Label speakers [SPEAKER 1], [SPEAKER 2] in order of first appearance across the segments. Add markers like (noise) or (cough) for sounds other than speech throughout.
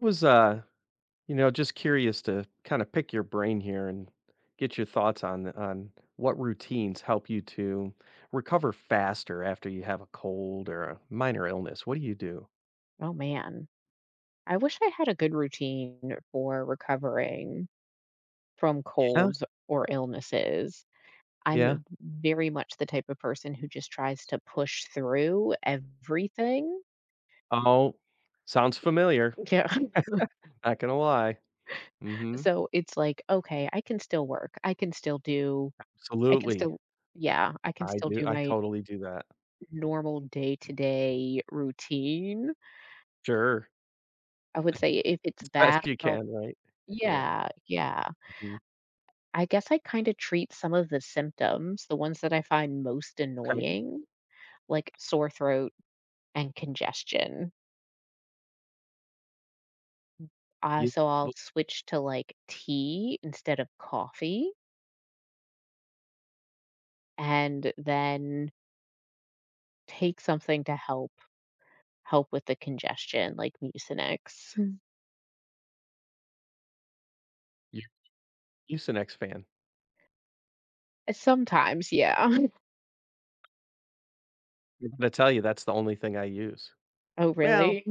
[SPEAKER 1] Was, just curious to kind of pick your brain here and get your thoughts on what routines help you to recover faster after you have a cold or a minor illness. What do you do?
[SPEAKER 2] Oh man, I wish I had a good routine for recovering from
[SPEAKER 1] Yeah,
[SPEAKER 2] colds or illnesses. I'm
[SPEAKER 1] yeah.
[SPEAKER 2] very much the type of person who just tries to push through everything.
[SPEAKER 1] Oh, sounds familiar.
[SPEAKER 2] Yeah. (laughs)
[SPEAKER 1] Not gonna lie. Mm-hmm.
[SPEAKER 2] So it's like, okay, I can still work. I can still do, I can
[SPEAKER 1] Absolutely.
[SPEAKER 2] still, yeah, I can
[SPEAKER 1] i
[SPEAKER 2] still
[SPEAKER 1] do
[SPEAKER 2] do
[SPEAKER 1] i
[SPEAKER 2] my
[SPEAKER 1] totally do that.
[SPEAKER 2] normal day to day routine.
[SPEAKER 1] Sure.
[SPEAKER 2] I would say if it's
[SPEAKER 1] As best
[SPEAKER 2] bad,
[SPEAKER 1] you
[SPEAKER 2] I'll,
[SPEAKER 1] can, right? Yeah.
[SPEAKER 2] yeah, yeah.
[SPEAKER 1] Mhm.
[SPEAKER 2] I guess I kind of treat some of the symptoms, the ones that I find most
[SPEAKER 1] Okay.
[SPEAKER 2] annoying, like sore throat and congestion. Uh,
[SPEAKER 1] you
[SPEAKER 2] so I'll
[SPEAKER 1] well,
[SPEAKER 2] switch to like tea instead of coffee and then take something to help with the congestion like Mucinex. Mm.
[SPEAKER 1] you're a usenex fan.
[SPEAKER 2] Sometimes, yeah.
[SPEAKER 1] I'm gonna tell you that's the only thing I use.
[SPEAKER 2] (laughs) Oh,
[SPEAKER 1] Well,
[SPEAKER 2] really?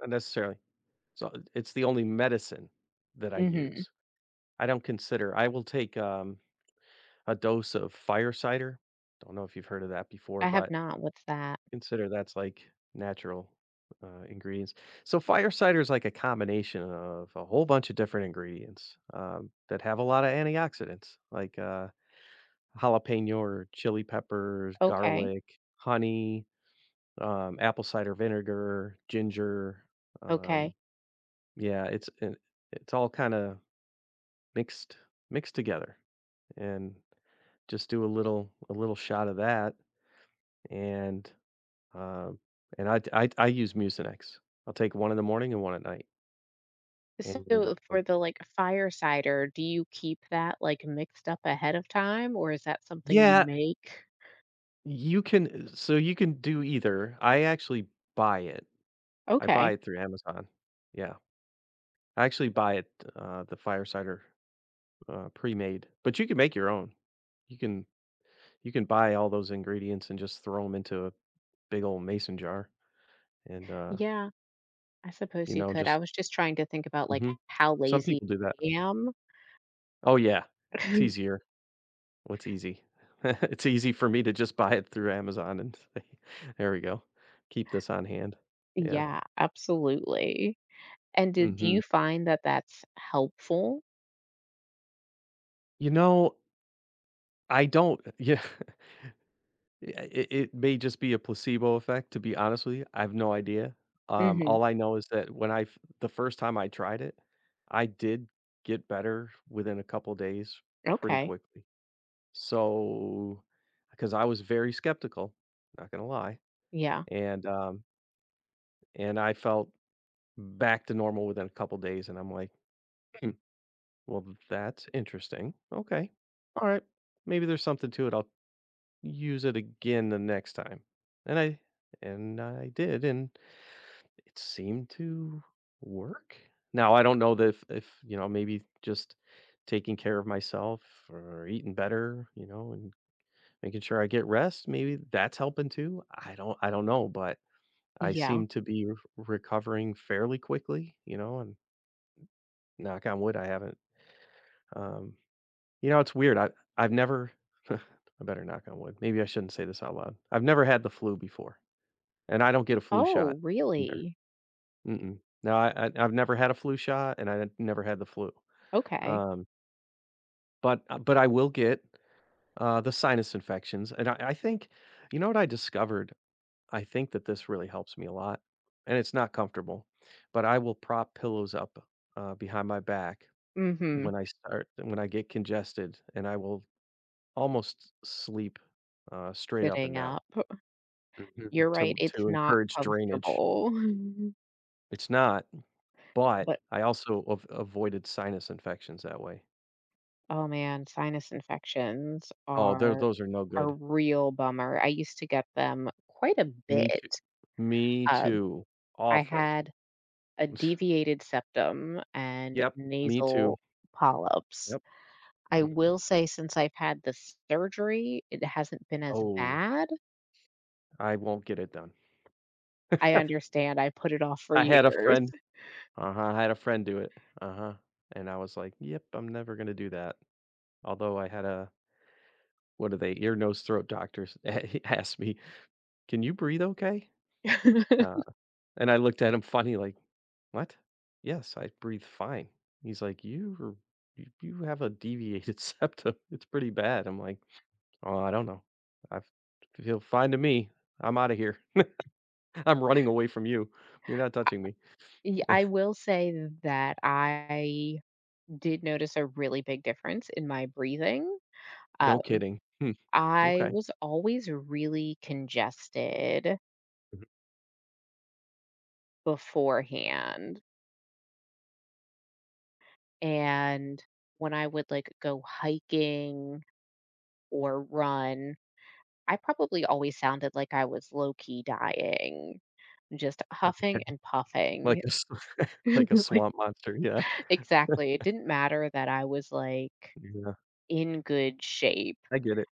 [SPEAKER 1] not necessarily. So, it's the only medicine that I
[SPEAKER 2] Mm-hmm.
[SPEAKER 1] use. I don't consider I will take, a dose of fire cider. Don't know if you've heard of that before,
[SPEAKER 2] I have
[SPEAKER 1] but
[SPEAKER 2] not. What's that?
[SPEAKER 1] consider that's, like, natural, ingredients. So, fire cider is like a combination of a whole bunch of different ingredients, that have a lot of antioxidants, like, jalapeno or chili peppers,
[SPEAKER 2] Okay.
[SPEAKER 1] garlic, honey, apple cider vinegar, ginger, um,
[SPEAKER 2] Okay.
[SPEAKER 1] yeah, it's and it's all kinda mixed mixed together, and just do a little shot of that and um I use mucinex. I'll take one in the morning and one at night. And
[SPEAKER 2] So for the, like, fire cider, do you keep that, like, mixed up ahead of time, or is that something you
[SPEAKER 1] yeah,
[SPEAKER 2] make?
[SPEAKER 1] you can so you can do either. I actually buy it. I buy
[SPEAKER 2] Okay.
[SPEAKER 1] it through Amazon. Yeah, I actually buy it, the firesider, pre-made, but you can make your own. you can you can buy all those ingredients and just throw them into a big old mason jar, and
[SPEAKER 2] Yeah, I suppose you could. I
[SPEAKER 1] just...
[SPEAKER 2] was just trying to think about, like,
[SPEAKER 1] Mhm.
[SPEAKER 2] how
[SPEAKER 1] Some
[SPEAKER 2] lazy
[SPEAKER 1] people do that.
[SPEAKER 2] I am.
[SPEAKER 1] Oh, yeah. It's
[SPEAKER 2] (laughs)
[SPEAKER 1] easier. What's easy? (laughs) It's easy for me to just buy it through Amazon and say, (laughs) "There we go. Keep this on hand." Yeah.
[SPEAKER 2] Yeah, absolutely. And did do
[SPEAKER 1] Mhm.
[SPEAKER 2] you find that that's helpful?
[SPEAKER 1] You know, I don't. (laughs) Yeah, yeah, it may just be a placebo effect, to be honest with you. I have no idea.
[SPEAKER 2] Mhm.
[SPEAKER 1] All I know is that when I f the first time I tried it, I did get better within a couple days, pretty
[SPEAKER 2] Okay.
[SPEAKER 1] quickly. So, because I was very skeptical, not gonna lie.
[SPEAKER 2] Yeah.
[SPEAKER 1] And, um, and I felt back to normal within a couple days, and I'm like, "Hmm, well, that's interesting. Okay. All right. Maybe there's something to it. I'll use it again the next time." And I and I did, and it seemed to work. Now, I don't know that if maybe just taking care of myself or eating better, and making sure I get rest, maybe that's helping too. I don't know, but I
[SPEAKER 2] Yeah.
[SPEAKER 1] seem to be recovering fairly quickly, and knock on wood, I haven't. Um, it's weird. I've never. I better knock on wood. Maybe I shouldn't say this out loud. I've never had the flu before, and I don't get a flu
[SPEAKER 2] Oh,
[SPEAKER 1] shot either.
[SPEAKER 2] really?
[SPEAKER 1] Mm-mm. No, I've never had a flu shot, and I never had the flu.
[SPEAKER 2] Okay.
[SPEAKER 1] Um, but I will get, the sinus infections, and I think you know what I discovered. I think that this really helps me a lot, and it's not comfortable, but I will prop pillows up, behind my back
[SPEAKER 2] Mhm.
[SPEAKER 1] when I start when I get congested, and I will almost sleep, straight up and
[SPEAKER 2] Sitting
[SPEAKER 1] down.
[SPEAKER 2] up. You're
[SPEAKER 1] Mhm,
[SPEAKER 2] right,
[SPEAKER 1] to
[SPEAKER 2] it's
[SPEAKER 1] to
[SPEAKER 2] not
[SPEAKER 1] encourage drainage.
[SPEAKER 2] comfortable. (laughs)
[SPEAKER 1] It's not, but
[SPEAKER 2] But
[SPEAKER 1] I also av avoided sinus infections that way.
[SPEAKER 2] oh man, sinus infections
[SPEAKER 1] Oh, tho
[SPEAKER 2] are
[SPEAKER 1] those are no
[SPEAKER 2] a
[SPEAKER 1] good.
[SPEAKER 2] real bummer. I used to get them quite a
[SPEAKER 1] Me too.
[SPEAKER 2] bit.
[SPEAKER 1] Me
[SPEAKER 2] Um,
[SPEAKER 1] too.
[SPEAKER 2] I
[SPEAKER 1] Awful.
[SPEAKER 2] had a
[SPEAKER 1] (laughs)
[SPEAKER 2] deviated septum and
[SPEAKER 1] Yep, me too.
[SPEAKER 2] nasal polyps.
[SPEAKER 1] Yep.
[SPEAKER 2] I
[SPEAKER 1] Mhm.
[SPEAKER 2] will say, since I've had the surgery, it hasn't been as
[SPEAKER 1] Oh,
[SPEAKER 2] bad.
[SPEAKER 1] I won't get it done.
[SPEAKER 2] I
[SPEAKER 1] (laughs)
[SPEAKER 2] understand I put it off for
[SPEAKER 1] I had a
[SPEAKER 2] years.
[SPEAKER 1] friend. Uh-huh, I had a friend do it, uh-huh, and I was like, "Yep, I'm never gonna do that." Although I had a, what are they, ear, nose, throat doctors (laughs) asked me, "Can you breathe okay?" Uh, and I looked at him funny, like, "What?" "Yes, I breathe fine." He's like, "You're you have a deviated (laughs) septum, it's pretty bad." I'm like, "Oh, I don't know. I f feel fine to me. I'm out of here. (laughs) I'm running away from you. You're not touching me."
[SPEAKER 2] I will say that I did notice a really big difference in my breathing.
[SPEAKER 1] "No
[SPEAKER 2] Um,
[SPEAKER 1] kidding. Hmm,
[SPEAKER 2] I
[SPEAKER 1] okay."
[SPEAKER 2] was always really congested
[SPEAKER 1] (laughs)
[SPEAKER 2] beforehand. And when I would like go hiking or run, I probably always sounded like I was low key dying, just huffing
[SPEAKER 1] Okay.
[SPEAKER 2] and
[SPEAKER 1] Like
[SPEAKER 2] puffing.
[SPEAKER 1] a Like a
[SPEAKER 2] (laughs) Like,
[SPEAKER 1] swamp monster, yeah.
[SPEAKER 2] exactly. It didn't matter that I was like
[SPEAKER 1] Yeah,
[SPEAKER 2] in good shape.
[SPEAKER 1] I get it.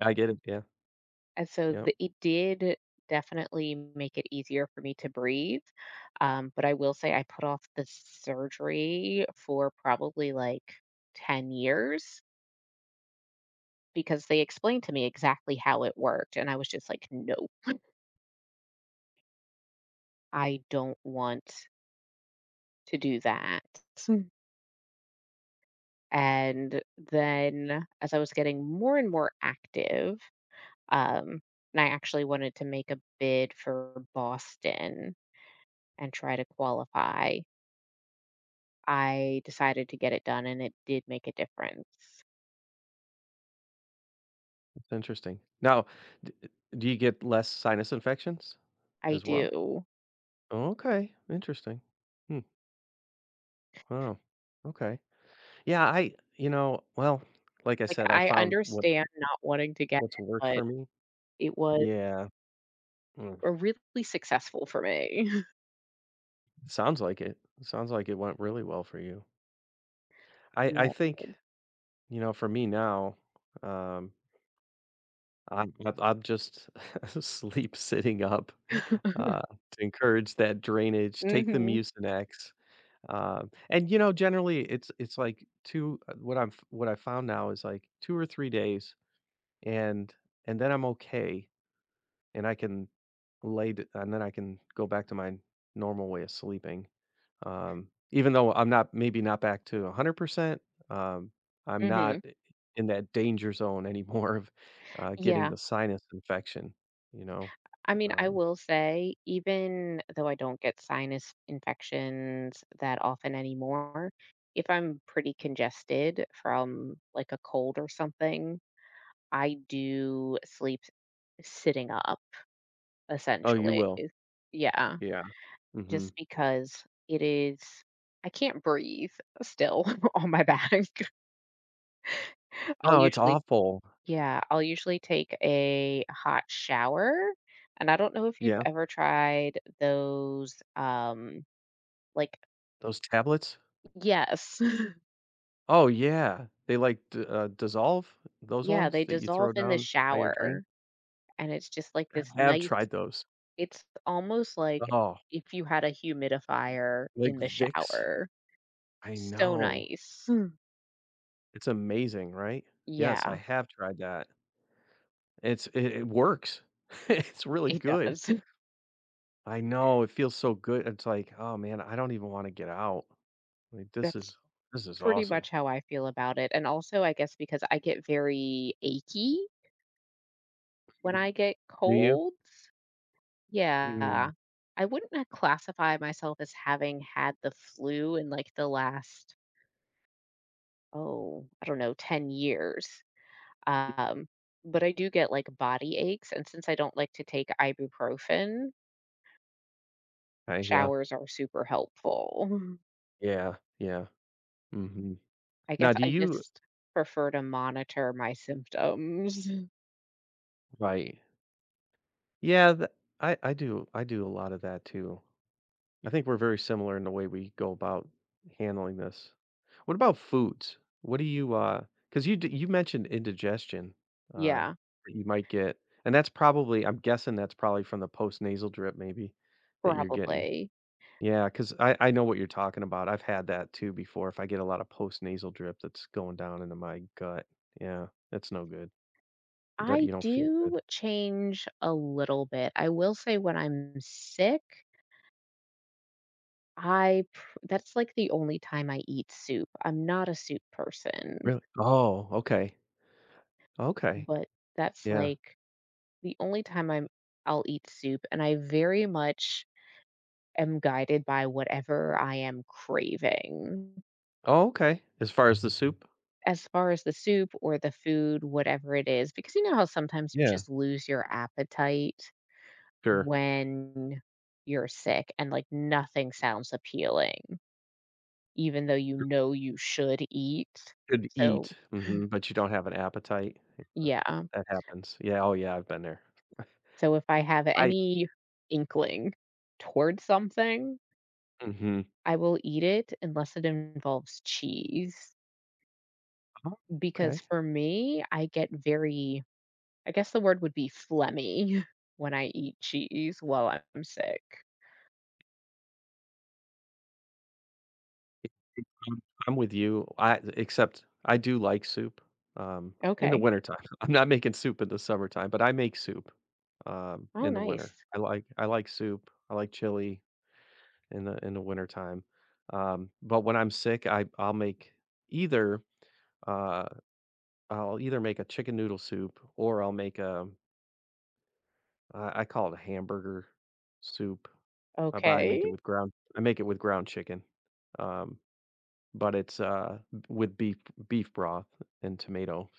[SPEAKER 1] I get it, yeah.
[SPEAKER 2] And so
[SPEAKER 1] Yep.
[SPEAKER 2] the it did definitely make it easier for me to breathe, but I will say I put off the surgery for probably, like, 10 years because they explained to me exactly how it worked, and I was just like, "Nope, I don't want to do that." And then as I was getting more and more active, um, and I actually wanted to make a bid for Boston and try to qualify, I decided to get it done, and it did make a difference.
[SPEAKER 1] It's interesting. Now, d eh, do you get less sinus infections
[SPEAKER 2] I
[SPEAKER 1] as well?
[SPEAKER 2] do.
[SPEAKER 1] Okay, interesting. Hmm, wow, okay. Yeah, I, well, like I
[SPEAKER 2] Like,
[SPEAKER 1] said, I
[SPEAKER 2] I
[SPEAKER 1] found what
[SPEAKER 2] understand not wanting to get
[SPEAKER 1] what's
[SPEAKER 2] it,
[SPEAKER 1] worked
[SPEAKER 2] but
[SPEAKER 1] for me.
[SPEAKER 2] it was
[SPEAKER 1] Yeah, mm,
[SPEAKER 2] a really successful for me. (laughs)
[SPEAKER 1] sounds like it. Sounds like it went really well for you. I
[SPEAKER 2] Yeah,
[SPEAKER 1] I think,
[SPEAKER 2] it
[SPEAKER 1] for me now, um I'm just (laughs) sleep sitting up,
[SPEAKER 2] did. (laughs)
[SPEAKER 1] uh, to encourage that drainage, take the
[SPEAKER 2] Mhm,
[SPEAKER 1] Mucinex, and, generally, it's like 2, what I found now is, like, 2 or 3 days, and and then I'm okay, and I can lay d and then I can go back to my normal way of sleeping. Even though I'm not, maybe not back to 100%, um, I'm not
[SPEAKER 2] mhm.
[SPEAKER 1] in that danger zone (laughs) anymore of, getting
[SPEAKER 2] Yeah.
[SPEAKER 1] the sinus infection, you know?
[SPEAKER 2] I mean, I
[SPEAKER 1] Um
[SPEAKER 2] will say, even though I don't get sinus infections that often anymore, if I'm pretty congested from, like, a cold or something, I do sleep sitting up.
[SPEAKER 1] Oh, you
[SPEAKER 2] Essentially.
[SPEAKER 1] will.
[SPEAKER 2] Yeah,
[SPEAKER 1] Yeah,
[SPEAKER 2] just
[SPEAKER 1] mhm.
[SPEAKER 2] because it is I can't breathe still (laughs) on my back. (laughs) I'll
[SPEAKER 1] No, it's
[SPEAKER 2] usually
[SPEAKER 1] awful.
[SPEAKER 2] yeah, I'll usually take a hot shower, and I don't know if you've
[SPEAKER 1] Yeah,
[SPEAKER 2] ever tried those, like
[SPEAKER 1] those tablets?
[SPEAKER 2] yes. (laughs)
[SPEAKER 1] Oh, yeah. They, like, d dissolve? Those
[SPEAKER 2] Yeah,
[SPEAKER 1] ones
[SPEAKER 2] they
[SPEAKER 1] that you
[SPEAKER 2] dissolve
[SPEAKER 1] throw
[SPEAKER 2] in the
[SPEAKER 1] down by your
[SPEAKER 2] shower,
[SPEAKER 1] drain?
[SPEAKER 2] and it's just like this
[SPEAKER 1] I have
[SPEAKER 2] nice
[SPEAKER 1] tried those.
[SPEAKER 2] it's almost like
[SPEAKER 1] Oh,
[SPEAKER 2] if you had a humidifier
[SPEAKER 1] like
[SPEAKER 2] in the
[SPEAKER 1] Vicks?
[SPEAKER 2] shower.
[SPEAKER 1] I
[SPEAKER 2] So
[SPEAKER 1] know.
[SPEAKER 2] nice. (laughs)
[SPEAKER 1] It's amazing, right? Yes, I
[SPEAKER 2] Yeah,
[SPEAKER 1] have tried that. It works. (laughs) It's really
[SPEAKER 2] it
[SPEAKER 1] good.
[SPEAKER 2] does.
[SPEAKER 1] I know, it feels so good. It's like, "Oh, man, I don't even wanna get out." Like, this
[SPEAKER 2] That's
[SPEAKER 1] is this is
[SPEAKER 2] pretty much
[SPEAKER 1] awesome.
[SPEAKER 2] how I feel about it, and also, I guess, because I get very achy when I
[SPEAKER 1] Mm.
[SPEAKER 2] get
[SPEAKER 1] Do you?
[SPEAKER 2] colds.
[SPEAKER 1] Mm.
[SPEAKER 2] Yeah. I wouldn't, classify myself as having had the flu in, like, the last, oh, I don't know, 10 years, um, but I do get, like, body aches, and since I don't like to take ibuprofen,
[SPEAKER 1] I yeah.
[SPEAKER 2] showers are super helpful. (laughs)
[SPEAKER 1] Yeah, yeah. Mhm.
[SPEAKER 2] I guess
[SPEAKER 1] Now, do
[SPEAKER 2] I
[SPEAKER 1] you...
[SPEAKER 2] just prefer to monitor my symptoms. (laughs)
[SPEAKER 1] Right. Yeah, th I do a lot of that too. I think we're very similar in the way we go about handling this. What about foods? What do you? Because you mentioned indigestion, uh,
[SPEAKER 2] Yeah,
[SPEAKER 1] that you might get, and that's probably I'm guessing that's probably from the post nasal drip maybe that you're getting.
[SPEAKER 2] probably.
[SPEAKER 1] Yeah, because I know what you're talking about. I've had that too before. If I get a lot of post nasal drip that's going down into my gut. Yeah, that's no good. That
[SPEAKER 2] I
[SPEAKER 1] you don't feel good.
[SPEAKER 2] do change a little bit. I will say when I'm sick, that's like the only time I eat soup. I'm not a soup person,
[SPEAKER 1] Really? Oh, okay. Okay.
[SPEAKER 2] but that's
[SPEAKER 1] Yeah.
[SPEAKER 2] like the only time I'll eat soup and I very much am guided by whatever I am craving.
[SPEAKER 1] Oh, okay. As far as the soup?
[SPEAKER 2] As far as the soup or the food, whatever it is, because you know how sometimes you
[SPEAKER 1] Yeah,
[SPEAKER 2] just lose your appetite
[SPEAKER 1] sure.
[SPEAKER 2] when you're sick and, like, nothing sounds appealing, even though you know you should eat.
[SPEAKER 1] Could
[SPEAKER 2] So
[SPEAKER 1] eat, but you don't have an appetite.
[SPEAKER 2] yeah.
[SPEAKER 1] That happens. Yeah, oh yeah, I've been there.
[SPEAKER 2] So if I have
[SPEAKER 1] I
[SPEAKER 2] any inkling towards something,
[SPEAKER 1] Mhm.
[SPEAKER 2] I will eat it unless it involves cheese,
[SPEAKER 1] Oh,
[SPEAKER 2] because
[SPEAKER 1] okay.
[SPEAKER 2] for me, I get very I guess the word would be phlegmy (laughs) when I eat cheese while I'm sick.
[SPEAKER 1] I'm with you. I, except I do like soup, um, in the
[SPEAKER 2] Okay.
[SPEAKER 1] wintertime. (laughs) I'm not making soup in the summertime, but I make soup,
[SPEAKER 2] Oh,
[SPEAKER 1] in the winter.
[SPEAKER 2] nice.
[SPEAKER 1] I like soup. I like chili in the wintertime. But when I'm sick, I'll make, either, uh, I'll either make a chicken noodle soup, or I'll make a, I call it a hamburger soup. I
[SPEAKER 2] Okay.
[SPEAKER 1] make it with ground, chicken, um, but it's, b with beef broth and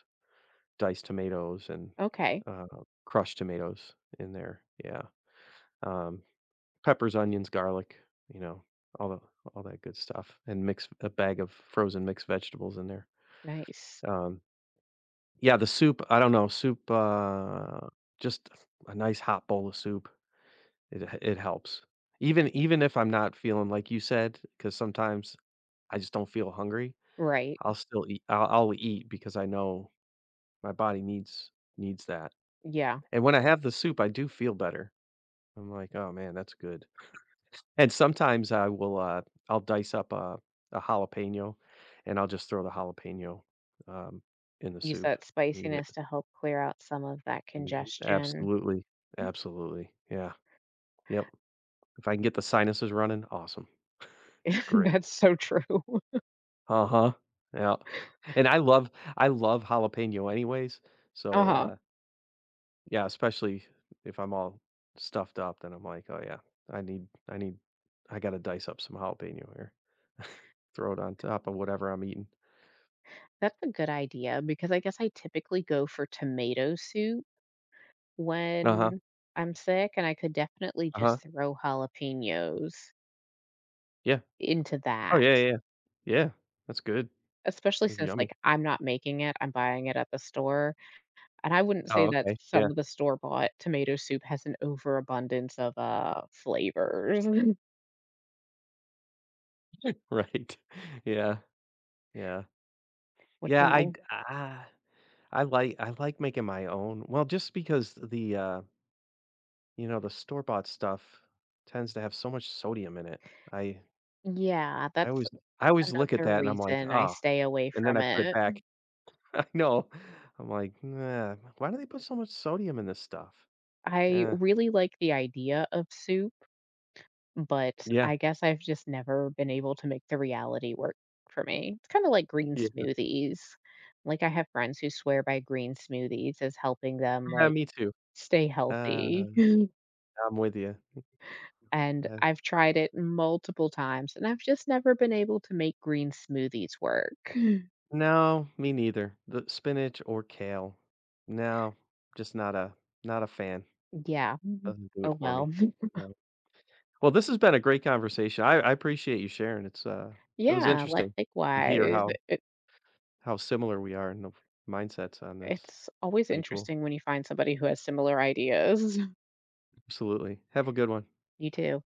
[SPEAKER 1] diced tomatoes, and,
[SPEAKER 2] Okay.
[SPEAKER 1] uh, crushed tomatoes in there, yeah, um, peppers, onions, garlic, you know, all the all that good stuff, and mix a bag of frozen mixed vegetables in there,
[SPEAKER 2] Nice.
[SPEAKER 1] um, yeah, the soup, I don't know, soup, just a nice hot bowl of soup, it helps. Even if I'm not feeling, like you said, because sometimes I just don't feel hungry,
[SPEAKER 2] Right.
[SPEAKER 1] I'll eat because I know my body needs that,
[SPEAKER 2] Yeah.
[SPEAKER 1] and when I have the soup, I do feel better. I'm like, "Oh, man, that's good," and sometimes I will, I'll dice up a jalapeno, and I'll just throw the jalapeno, um, in the
[SPEAKER 2] Use
[SPEAKER 1] soup,
[SPEAKER 2] that
[SPEAKER 1] eat it.
[SPEAKER 2] spiciness to help clear out some of that
[SPEAKER 1] Mhm.
[SPEAKER 2] congestion.
[SPEAKER 1] Absolutely, absolutely, yeah, yep. If I can get the sinuses running, awesome, it's
[SPEAKER 2] (laughs)
[SPEAKER 1] great.
[SPEAKER 2] That's so true.
[SPEAKER 1] Uh-huh, yeah, (laughs) and I love jalapeno anyways, so,
[SPEAKER 2] Uh-huh.
[SPEAKER 1] yeah, especially if I'm all stuffed up, then I'm like, "Oh, yeah, I need I need I gotta dice up some jalapeno here, throw it on top of whatever I'm eating."
[SPEAKER 2] That's a good idea because I guess I typically go for tomato soup
[SPEAKER 1] Uh-huh,
[SPEAKER 2] when I'm sick, and I could definitely
[SPEAKER 1] uh-huh,
[SPEAKER 2] just throw jalapenos
[SPEAKER 1] yeah.
[SPEAKER 2] into
[SPEAKER 1] Oh,
[SPEAKER 2] that,
[SPEAKER 1] yeah, yeah, yeah. Yeah, that's good.
[SPEAKER 2] especially
[SPEAKER 1] Like,
[SPEAKER 2] since, like,
[SPEAKER 1] yummy.
[SPEAKER 2] I'm not making it, I'm buying it at the store, and I wouldn't say
[SPEAKER 1] Oh,
[SPEAKER 2] that
[SPEAKER 1] okay,
[SPEAKER 2] some
[SPEAKER 1] yeah,
[SPEAKER 2] of the store-bought tomato soup has an overabundance of, flavors, (laughs)
[SPEAKER 1] (laughs) right, (laughs) yeah, yeah.
[SPEAKER 2] which
[SPEAKER 1] Yeah,
[SPEAKER 2] I'm al
[SPEAKER 1] I like making my own, well, just because the store-bought stuff tends to have so much sodium in it. I
[SPEAKER 2] yeah,
[SPEAKER 1] I
[SPEAKER 2] that's
[SPEAKER 1] always I always look at
[SPEAKER 2] another
[SPEAKER 1] that and I'm like,
[SPEAKER 2] reason I
[SPEAKER 1] "Oh,"
[SPEAKER 2] stay away
[SPEAKER 1] and then
[SPEAKER 2] from
[SPEAKER 1] I put it
[SPEAKER 2] it.
[SPEAKER 1] back. No. I'm like, "Nah, why do they put so much sodium in this stuff?"
[SPEAKER 2] I
[SPEAKER 1] Yeah.
[SPEAKER 2] really like the idea of soup, but
[SPEAKER 1] Yeah.
[SPEAKER 2] I guess I've just never been able to make the reality work for me. It's kind of like green
[SPEAKER 1] Yeah.
[SPEAKER 2] smoothies. Like I have friends who swear by green smoothies as helping them
[SPEAKER 1] Yeah,
[SPEAKER 2] like
[SPEAKER 1] me too.
[SPEAKER 2] stay
[SPEAKER 1] Uh,
[SPEAKER 2] healthy. (laughs)
[SPEAKER 1] I'm with you.
[SPEAKER 2] And
[SPEAKER 1] Uh,
[SPEAKER 2] I've tried it multiple times and I've just never been able to make green smoothies work.
[SPEAKER 1] no, me neither. The spinach or kale. No, just not a fan.
[SPEAKER 2] Yeah.
[SPEAKER 1] Doesn't do
[SPEAKER 2] Oh
[SPEAKER 1] it for
[SPEAKER 2] well.
[SPEAKER 1] me. No. Well, this has been a great conversation. I appreciate you sharing.
[SPEAKER 2] (laughs)
[SPEAKER 1] It was
[SPEAKER 2] Yeah,
[SPEAKER 1] interesting to hear
[SPEAKER 2] likewise.
[SPEAKER 1] how similar we are in the mindsets on this.
[SPEAKER 2] It's always
[SPEAKER 1] Pretty cool.
[SPEAKER 2] interesting when you find somebody who has similar ideas. (laughs)
[SPEAKER 1] Absolutely. Have a good one.
[SPEAKER 2] You do.